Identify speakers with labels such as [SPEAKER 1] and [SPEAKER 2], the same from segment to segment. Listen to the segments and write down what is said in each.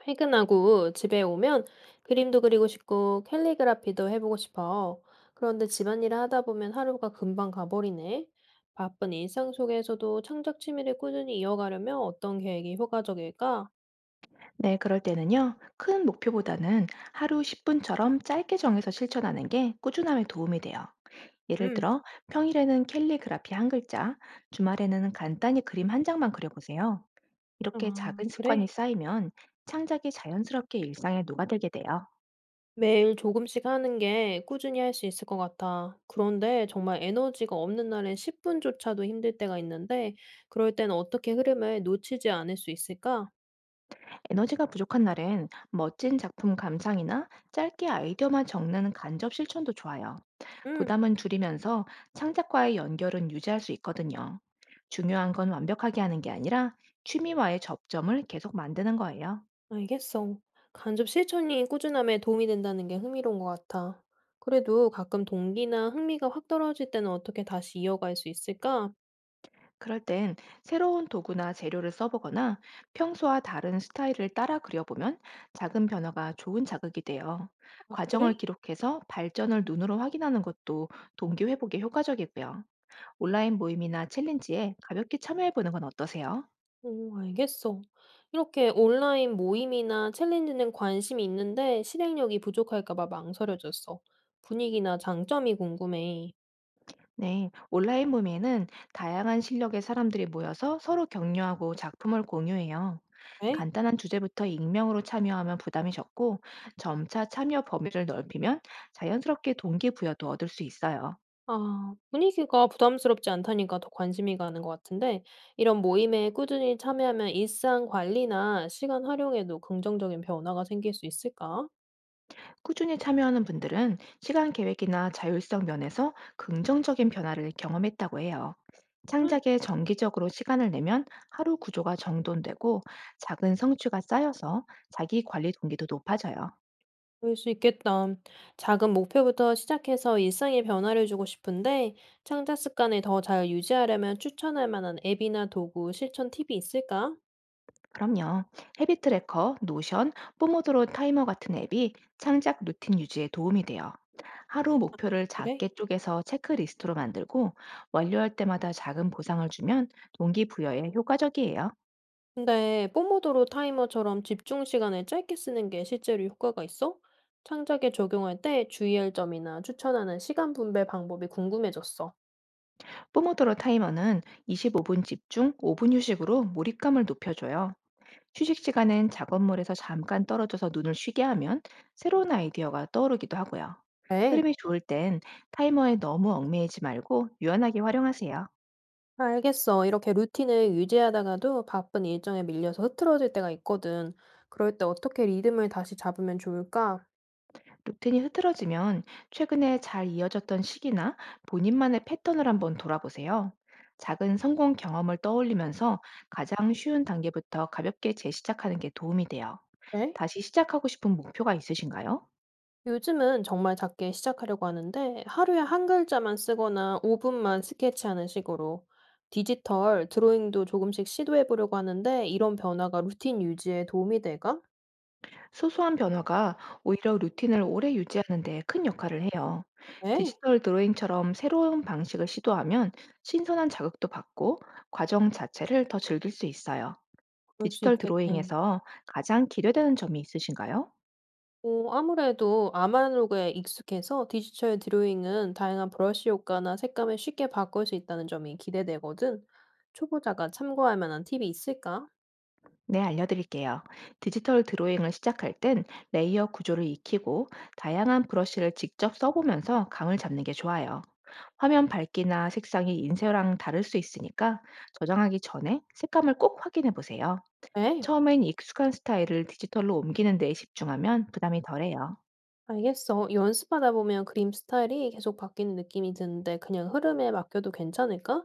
[SPEAKER 1] 퇴근하고 집에 오면 그림도 그리고 싶고 캘리그라피도 해보고 싶어. 그런데 집안일을 하다 보면 하루가 금방 가버리네. 바쁜 일상 속에서도 창작 취미를 꾸준히 이어가려면 어떤 계획이 효과적일까?
[SPEAKER 2] 네, 그럴 때는요, 큰 목표보다는 하루 10분처럼 짧게 정해서 실천하는 게 꾸준함에 도움이 돼요. 예를
[SPEAKER 1] 음,
[SPEAKER 2] 들어, 평일에는 캘리그라피 한 글자, 주말에는 간단히 그림 한 장만 그려보세요. 이렇게
[SPEAKER 1] 아,
[SPEAKER 2] 작은
[SPEAKER 1] 그래.
[SPEAKER 2] 습관이 쌓이면 창작이 자연스럽게 일상에 녹아들게 돼요.
[SPEAKER 1] 매일 조금씩 하는 게 꾸준히 할 수 있을 것 같아. 그런데 정말 에너지가 없는 날엔 10분조차도 힘들 때가 있는데, 그럴 땐 어떻게 흐름을 놓치지 않을 수 있을까?
[SPEAKER 2] 에너지가 부족한 날엔 멋진 작품 감상이나 짧게 아이디어만 적는 간접 실천도 좋아요.
[SPEAKER 1] 음.
[SPEAKER 2] 부담은 줄이면서 창작과의 연결은 유지할 수 있거든요. 중요한 건 완벽하게 하는 게 아니라 취미와의 접점을 계속 만드는 거예요.
[SPEAKER 1] 알겠어. 간접 실천이 꾸준함에 도움이 된다는 게 흥미로운 것 같아. 그래도 가끔 동기나 흥미가 확 떨어질 때는 어떻게 다시 이어갈 수 있을까?
[SPEAKER 2] 그럴 땐 새로운 도구나 재료를 써보거나 평소와 다른 스타일을 따라 그려보면 작은 변화가 좋은 자극이 돼요.
[SPEAKER 1] 아,
[SPEAKER 2] 과정을
[SPEAKER 1] 그래?
[SPEAKER 2] 기록해서 발전을 눈으로 확인하는 것도 동기회복에 효과적이고요. 온라인 모임이나 챌린지에 가볍게 참여해보는 건 어떠세요?
[SPEAKER 1] 오, 알겠어. 이렇게 온라인 모임이나 챌린지는 관심이 있는데 실행력이 부족할까 봐 망설여졌어. 분위기나 장점이 궁금해.
[SPEAKER 2] 네, 온라인 모임에는 다양한 실력의 사람들이 모여서 서로 격려하고 작품을 공유해요.
[SPEAKER 1] 에?
[SPEAKER 2] 간단한 주제부터 익명으로 참여하면 부담이 적고 점차 참여 범위를 넓히면 자연스럽게 동기부여도 얻을 수 있어요.
[SPEAKER 1] 아, 분위기가 부담스럽지 않다니까 더 관심이 가는 것 같은데 이런 모임에 꾸준히 참여하면 일상 관리나 시간 활용에도 긍정적인 변화가 생길 수 있을까?
[SPEAKER 2] 꾸준히 참여하는 분들은 시간 계획이나 자율성 면에서 긍정적인 변화를 경험했다고 해요.
[SPEAKER 1] 응.
[SPEAKER 2] 창작에 정기적으로 시간을 내면 하루 구조가 정돈되고 작은 성취가 쌓여서 자기 관리 동기도 높아져요.
[SPEAKER 1] 그럴 수 있겠다. 작은 목표부터 시작해서 일상에 변화를 주고 싶은데 창작 습관을 더 잘 유지하려면 추천할 만한 앱이나 도구, 실천 팁이 있을까?
[SPEAKER 2] 그럼요. 헤비 트래커, 노션, 뽀모도로 타이머 같은 앱이 창작 루틴 유지에 도움이 돼요. 하루 목표를
[SPEAKER 1] 그래?
[SPEAKER 2] 작게 쪼개서 체크리스트로 만들고 완료할 때마다 작은 보상을 주면 동기부여에 효과적이에요.
[SPEAKER 1] 근데 뽀모도로 타이머처럼 집중 시간을 짧게 쓰는 게 실제로 효과가 있어? 창작에 적용할 때 주의할 점이나 추천하는 시간 분배 방법이 궁금해졌어.
[SPEAKER 2] 뽀모도로 타이머는 25분 집중, 5분 휴식으로 몰입감을 높여줘요. 휴식 시간엔 작업물에서 잠깐 떨어져서 눈을 쉬게 하면 새로운 아이디어가 떠오르기도 하고요.
[SPEAKER 1] 네,
[SPEAKER 2] 흐름이 좋을 땐 타이머에 너무 얽매이지 말고 유연하게 활용하세요.
[SPEAKER 1] 알겠어. 이렇게 루틴을 유지하다가도 바쁜 일정에 밀려서 흐트러질 때가 있거든. 그럴 때 어떻게 리듬을 다시 잡으면 좋을까?
[SPEAKER 2] 루틴이 흐트러지면 최근에 잘 이어졌던 시기나 본인만의 패턴을 한번 돌아보세요. 작은 성공 경험을 떠올리면서 가장 쉬운 단계부터 가볍게 재시작하는 게 도움이 돼요.
[SPEAKER 1] 네?
[SPEAKER 2] 다시 시작하고 싶은 목표가 있으신가요?
[SPEAKER 1] 요즘은 정말 작게 시작하려고 하는데 하루에 한 글자만 쓰거나 5 분만 스케치하는 식으로 디지털 드로잉도 조금씩 시도해 보려고 하는데 이런 변화가 루틴 유지에 도움이 될까?
[SPEAKER 2] 소소한 변화가 오히려 루틴을 오래 유지하는 데 큰 역할을 해요.
[SPEAKER 1] 에이,
[SPEAKER 2] 디지털 드로잉처럼 새로운 방식을 시도하면 신선한 자극도 받고 과정 자체를 더 즐길 수 있어요.
[SPEAKER 1] 그럴 수
[SPEAKER 2] 디지털
[SPEAKER 1] 있겠네.
[SPEAKER 2] 드로잉에서 가장 기대되는 점이 있으신가요?
[SPEAKER 1] 어, 아무래도 아날로그에 익숙해서 디지털 드로잉은 다양한 브러쉬 효과나 색감을 쉽게 바꿀 수 있다는 점이 기대되거든. 초보자가 참고할 만한 팁이 있을까?
[SPEAKER 2] 네, 알려드릴게요. 디지털 드로잉을 시작할 땐 레이어 구조를 익히고 다양한 브러쉬를 직접 써보면서 감을 잡는 게 좋아요. 화면 밝기나 색상이 인쇄랑 다를 수 있으니까 저장하기 전에 색감을 꼭 확인해 보세요.
[SPEAKER 1] 에이.
[SPEAKER 2] 처음엔 익숙한 스타일을 디지털로 옮기는 데에 집중하면 부담이 덜해요.
[SPEAKER 1] 알겠어. 연습하다 보면 그림 스타일이 계속 바뀌는 느낌이 드는데 그냥 흐름에 맡겨도 괜찮을까?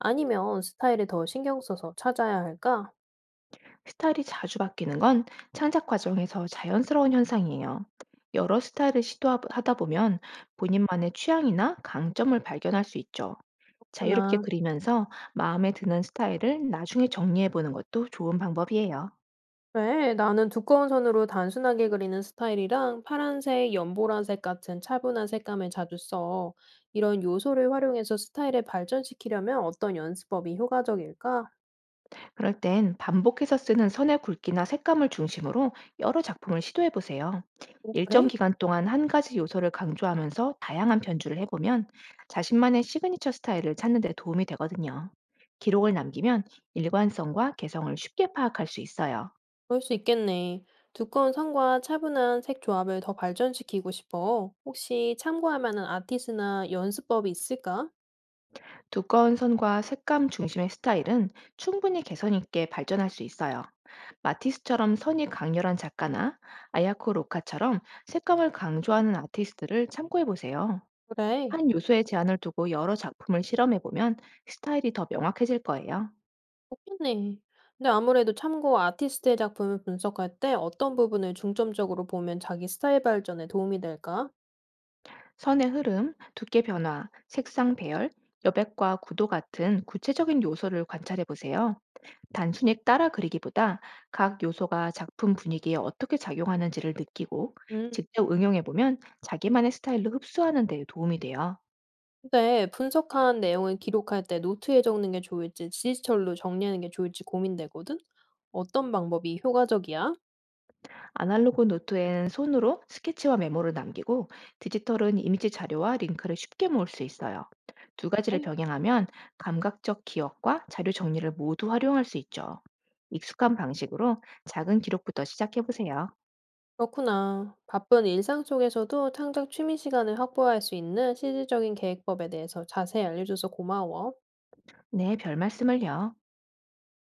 [SPEAKER 1] 아니면 스타일에 더 신경 써서 찾아야 할까?
[SPEAKER 2] 스타일이 자주 바뀌는 건 창작 과정에서 자연스러운 현상이에요. 여러 스타일을 시도하다 보면 본인만의 취향이나 강점을 발견할 수 있죠. 자유롭게
[SPEAKER 1] 나,
[SPEAKER 2] 그리면서 마음에 드는 스타일을 나중에 정리해 보는 것도 좋은 방법이에요.
[SPEAKER 1] 왜? 나는 두꺼운 선으로 단순하게 그리는 스타일이랑 파란색, 연보라색 같은 차분한 색감을 자주 써. 이런 요소를 활용해서 스타일을 발전시키려면 어떤 연습법이 효과적일까?
[SPEAKER 2] 그럴 땐 반복해서 쓰는 선의 굵기나 색감을 중심으로 여러 작품을 시도해 보세요.
[SPEAKER 1] 오,
[SPEAKER 2] 일정
[SPEAKER 1] 그래?
[SPEAKER 2] 기간 동안 한 가지 요소를 강조하면서 다양한 편주를 해보면 자신만의 시그니처 스타일을 찾는 데 도움이 되거든요. 기록을 남기면 일관성과 개성을 쉽게 파악할 수 있어요.
[SPEAKER 1] 그럴 수 있겠네. 두꺼운 선과 차분한 색 조합을 더 발전시키고 싶어. 혹시 참고할 만한 아티스트나 연습법이 있을까?
[SPEAKER 2] 두꺼운 선과 색감 중심의 스타일은 충분히 개선 있게 발전할 수 있어요. 마티스처럼 선이 강렬한 작가나 아야코 로카처럼 색감을 강조하는 아티스트를 참고해 보세요.
[SPEAKER 1] 그래,
[SPEAKER 2] 한 요소의 제한을 두고 여러 작품을 실험해 보면 스타일이 더 명확해질 거예요.
[SPEAKER 1] 좋겠네. 근데 아무래도 참고 아티스트의 작품을 분석할 때 어떤 부분을 중점적으로 보면 자기 스타일 발전에 도움이 될까?
[SPEAKER 2] 선의 흐름, 두께 변화, 색상 배열, 여백과 구도 같은 구체적인 요소를 관찰해 보세요. 단순히 따라 그리기보다 각 요소가 작품 분위기에 어떻게 작용하는지를 느끼고
[SPEAKER 1] 음,
[SPEAKER 2] 직접 응용해보면 자기만의 스타일로 흡수하는 데 도움이 돼요.
[SPEAKER 1] 근데 분석한 내용을 기록할 때 노트에 적는 게 좋을지 디지털로 정리하는 게 좋을지 고민되거든? 어떤 방법이 효과적이야?
[SPEAKER 2] 아날로그 노트엔 손으로 스케치와 메모를 남기고 디지털은 이미지 자료와 링크를 쉽게 모을 수 있어요. 두 가지를 병행하면 감각적 기억과 자료 정리를 모두 활용할 수 있죠. 익숙한 방식으로 작은 기록부터 시작해보세요.
[SPEAKER 1] 그렇구나. 바쁜 일상 속에서도 창작 취미 시간을 확보할 수 있는 실질적인 계획법에 대해서 자세히 알려줘서 고마워.
[SPEAKER 2] 네, 별 말씀을요.